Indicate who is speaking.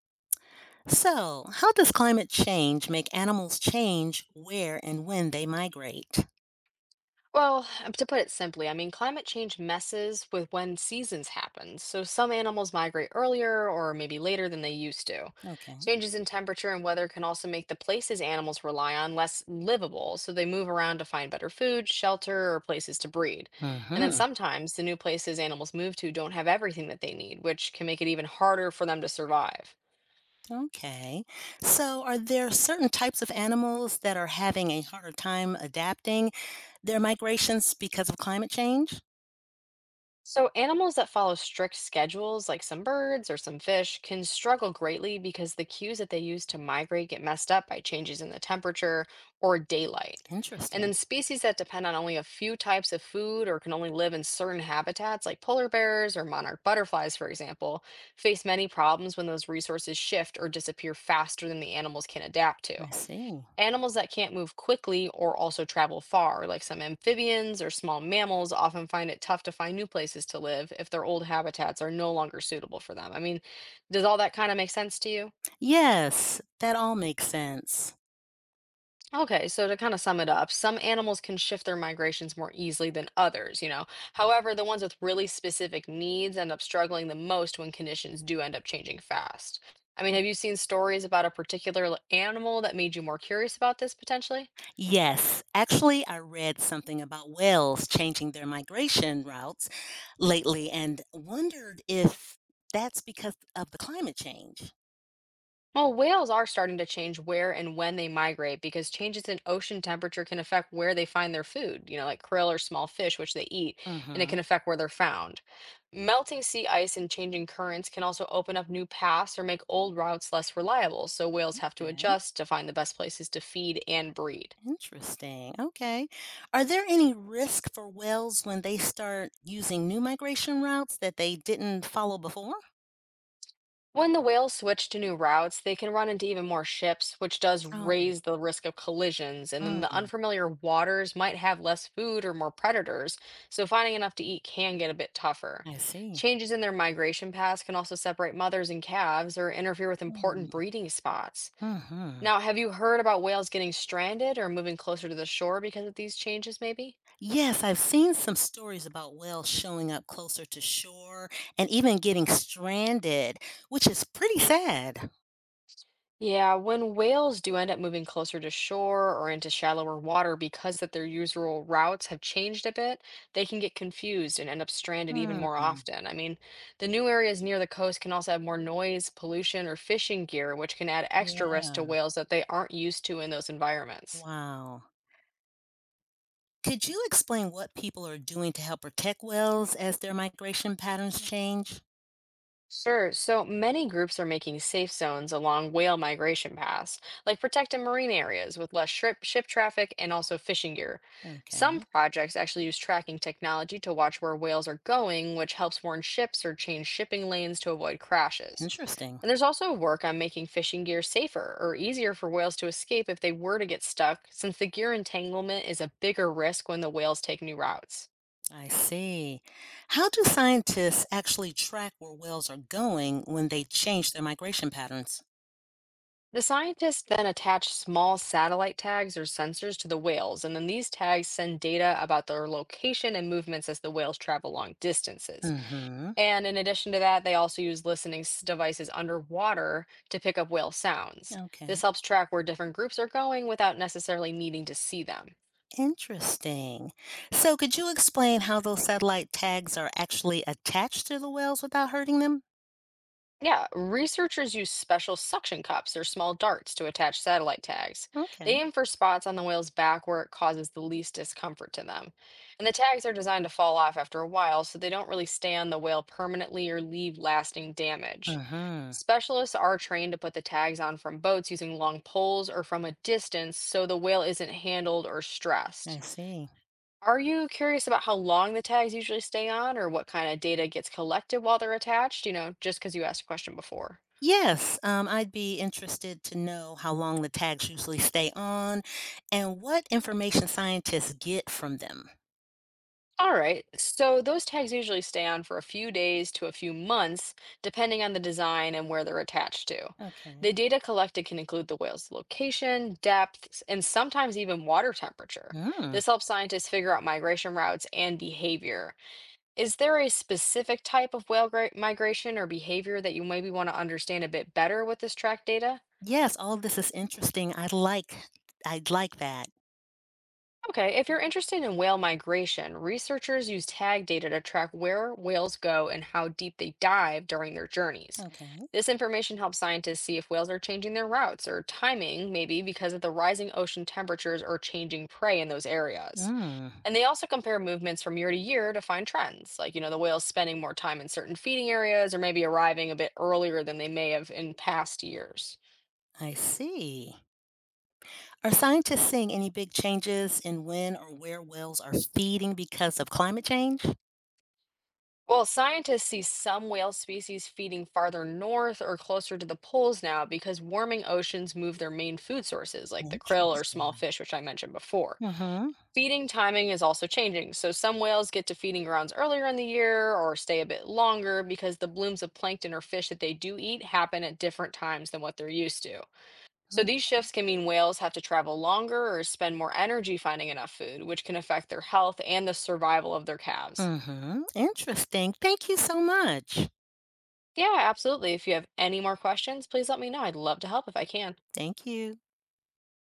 Speaker 1: So, how does climate change make animals change where and when they migrate?
Speaker 2: Well, to put it simply, I mean, climate change messes with when seasons happen. So some animals migrate earlier or maybe later than they used to.
Speaker 1: Okay.
Speaker 2: Changes in temperature and weather can also make the places animals rely on less livable, so they move around to find better food, shelter, or places to breed. And then
Speaker 1: Hmm.
Speaker 2: sometimes the new places animals move to don't have everything that they need, which can make it even harder for them to survive.
Speaker 1: Okay. So, are there certain types of animals that are having a harder time adapting their migrations because of climate change?
Speaker 2: So, animals that follow strict schedules, like some birds or some fish, can struggle greatly because the cues that they use to migrate get messed up by changes in the temperature or daylight. And
Speaker 1: Interesting.
Speaker 2: then species that depend on only a few types of food or can only live in certain habitats, like polar bears or monarch butterflies, for example, face many problems when those resources shift or disappear faster than the animals can adapt to.
Speaker 1: I see.
Speaker 2: Animals that can't move quickly or also travel far, like some amphibians or small mammals, often find it tough to find new places to live if their old habitats are no longer suitable for them. I mean, does all that kind of make sense to you?
Speaker 1: Yes, that all makes sense.
Speaker 2: Okay, so to kind of sum it up, some animals can shift their migrations more easily than others, you know. However, the ones with really specific needs end up struggling the most when conditions do end up changing fast. I mean, have you seen stories about a particular animal that made you more curious about this potentially?
Speaker 1: Yes, actually, I read something about whales changing their migration routes lately and wondered if that's because of the climate change.
Speaker 2: Well, whales are starting to change where and when they migrate because changes in ocean temperature can affect where they find their food, you know, like krill or small fish, which they eat, and it
Speaker 1: Mm-hmm.
Speaker 2: can affect where they're found. Melting sea ice and changing currents can also open up new paths or make old routes less reliable, so whales have to
Speaker 1: Okay.
Speaker 2: adjust to find the best places to feed and breed.
Speaker 1: Interesting. Okay. Are there any risk for whales when they start using new migration routes that they didn't follow before?
Speaker 2: When the whales switch to new routes, they can run into even more ships, which does
Speaker 1: Oh,
Speaker 2: raise the risk of collisions. And then the
Speaker 1: mm,
Speaker 2: unfamiliar waters might have less food or more predators, so finding enough to eat can get a bit tougher.
Speaker 1: I see.
Speaker 2: Changes in their migration paths can also separate mothers and calves or interfere with important breeding spots.
Speaker 1: Mm-hmm.
Speaker 2: Now, have you heard about whales getting stranded or moving closer to the shore because of these changes, maybe?
Speaker 1: Yes, I've seen some stories about whales showing up closer to shore and even getting stranded, which is pretty sad.
Speaker 2: Yeah, when whales do end up moving closer to shore or into shallower water because that their usual routes have changed a bit, they can get confused and end up stranded even
Speaker 1: Hmm.
Speaker 2: more often. I mean, the new areas near the coast can also have more noise, pollution, or fishing gear, which can add extra risk to
Speaker 1: Yeah.
Speaker 2: whales that they aren't used to in those environments.
Speaker 1: Wow. Could you explain what people are doing to help protect whales as their migration patterns change?
Speaker 2: Sure. So many groups are making safe zones along whale migration paths, like protected marine areas with less ship traffic and also fishing gear. Some
Speaker 1: Okay.
Speaker 2: projects actually use tracking technology to watch where whales are going, which helps warn ships or change shipping lanes to avoid crashes.
Speaker 1: Interesting.
Speaker 2: And there's also work on making fishing gear safer or easier for whales to escape if they were to get stuck, since the gear entanglement is a bigger risk when the whales take new routes.
Speaker 1: I see. How do scientists actually track where whales are going when they change their migration patterns?
Speaker 2: The scientists then attach small satellite tags or sensors to the whales, and then these tags send data about their location and movements as the whales travel long distances.
Speaker 1: Mm-hmm.
Speaker 2: And in addition to that, they also use listening devices underwater to pick up whale sounds.
Speaker 1: Okay.
Speaker 2: This helps track where different groups are going without necessarily needing to see them.
Speaker 1: Interesting. So could you explain how those satellite tags are actually attached to the whales without hurting them?
Speaker 2: Yeah, researchers use special suction cups or small darts to attach satellite tags. They
Speaker 1: Okay.
Speaker 2: aim for spots on the whale's back where it causes the least discomfort to them. And the tags are designed to fall off after a while, so they don't really stay on the whale permanently or leave lasting damage.
Speaker 1: Mm-hmm.
Speaker 2: Specialists are trained to put the tags on from boats using long poles or from a distance so the whale isn't handled or stressed.
Speaker 1: I see.
Speaker 2: Are you curious about how long the tags usually stay on or what kind of data gets collected while they're attached? You know, just because you asked a question before.
Speaker 1: Yes, I'd be interested to know how long the tags usually stay on and what information scientists get from them.
Speaker 2: All right, so those tags usually stay on for a few days to a few months, depending on the design and where they're attached to. The
Speaker 1: Okay.
Speaker 2: data collected can include the whale's location, depth, and sometimes even water temperature.
Speaker 1: Mm.
Speaker 2: This helps scientists figure out migration routes and behavior. Is there a specific type of whale migration or behavior that you maybe want to understand a bit better with this track data?
Speaker 1: Yes, all this is interesting. I'd like that.
Speaker 2: Okay, if you're interested in whale migration, researchers use tag data to track where whales go and how deep they dive during their journeys.
Speaker 1: Okay.
Speaker 2: This information helps scientists see if whales are changing their routes or timing, maybe because of the rising ocean temperatures or changing prey in those areas.
Speaker 1: Mm,
Speaker 2: And they also compare movements from year to year to find trends, like, you know, the whales spending more time in certain feeding areas or maybe arriving a bit earlier than they may have in past years.
Speaker 1: I see. Are scientists seeing any big changes in when or where whales are feeding because of climate change?
Speaker 2: Well, scientists see some whale species feeding farther north or closer to the poles now because warming oceans move their main food sources, like the krill or small
Speaker 1: Interesting.
Speaker 2: fish, which I mentioned before.
Speaker 1: Mm-hmm.
Speaker 2: Feeding timing is also changing, so some whales get to feeding grounds earlier in the year or stay a bit longer because the blooms of plankton or fish that they do eat happen at different times than what they're used to. So these shifts can mean whales have to travel longer or spend more energy finding enough food, which can affect their health and the survival of their calves.
Speaker 1: Mm-hmm. Interesting. Thank you so much.
Speaker 2: Yeah, absolutely. If you have any more questions, please let me know. I'd love to help if I can.
Speaker 1: Thank you.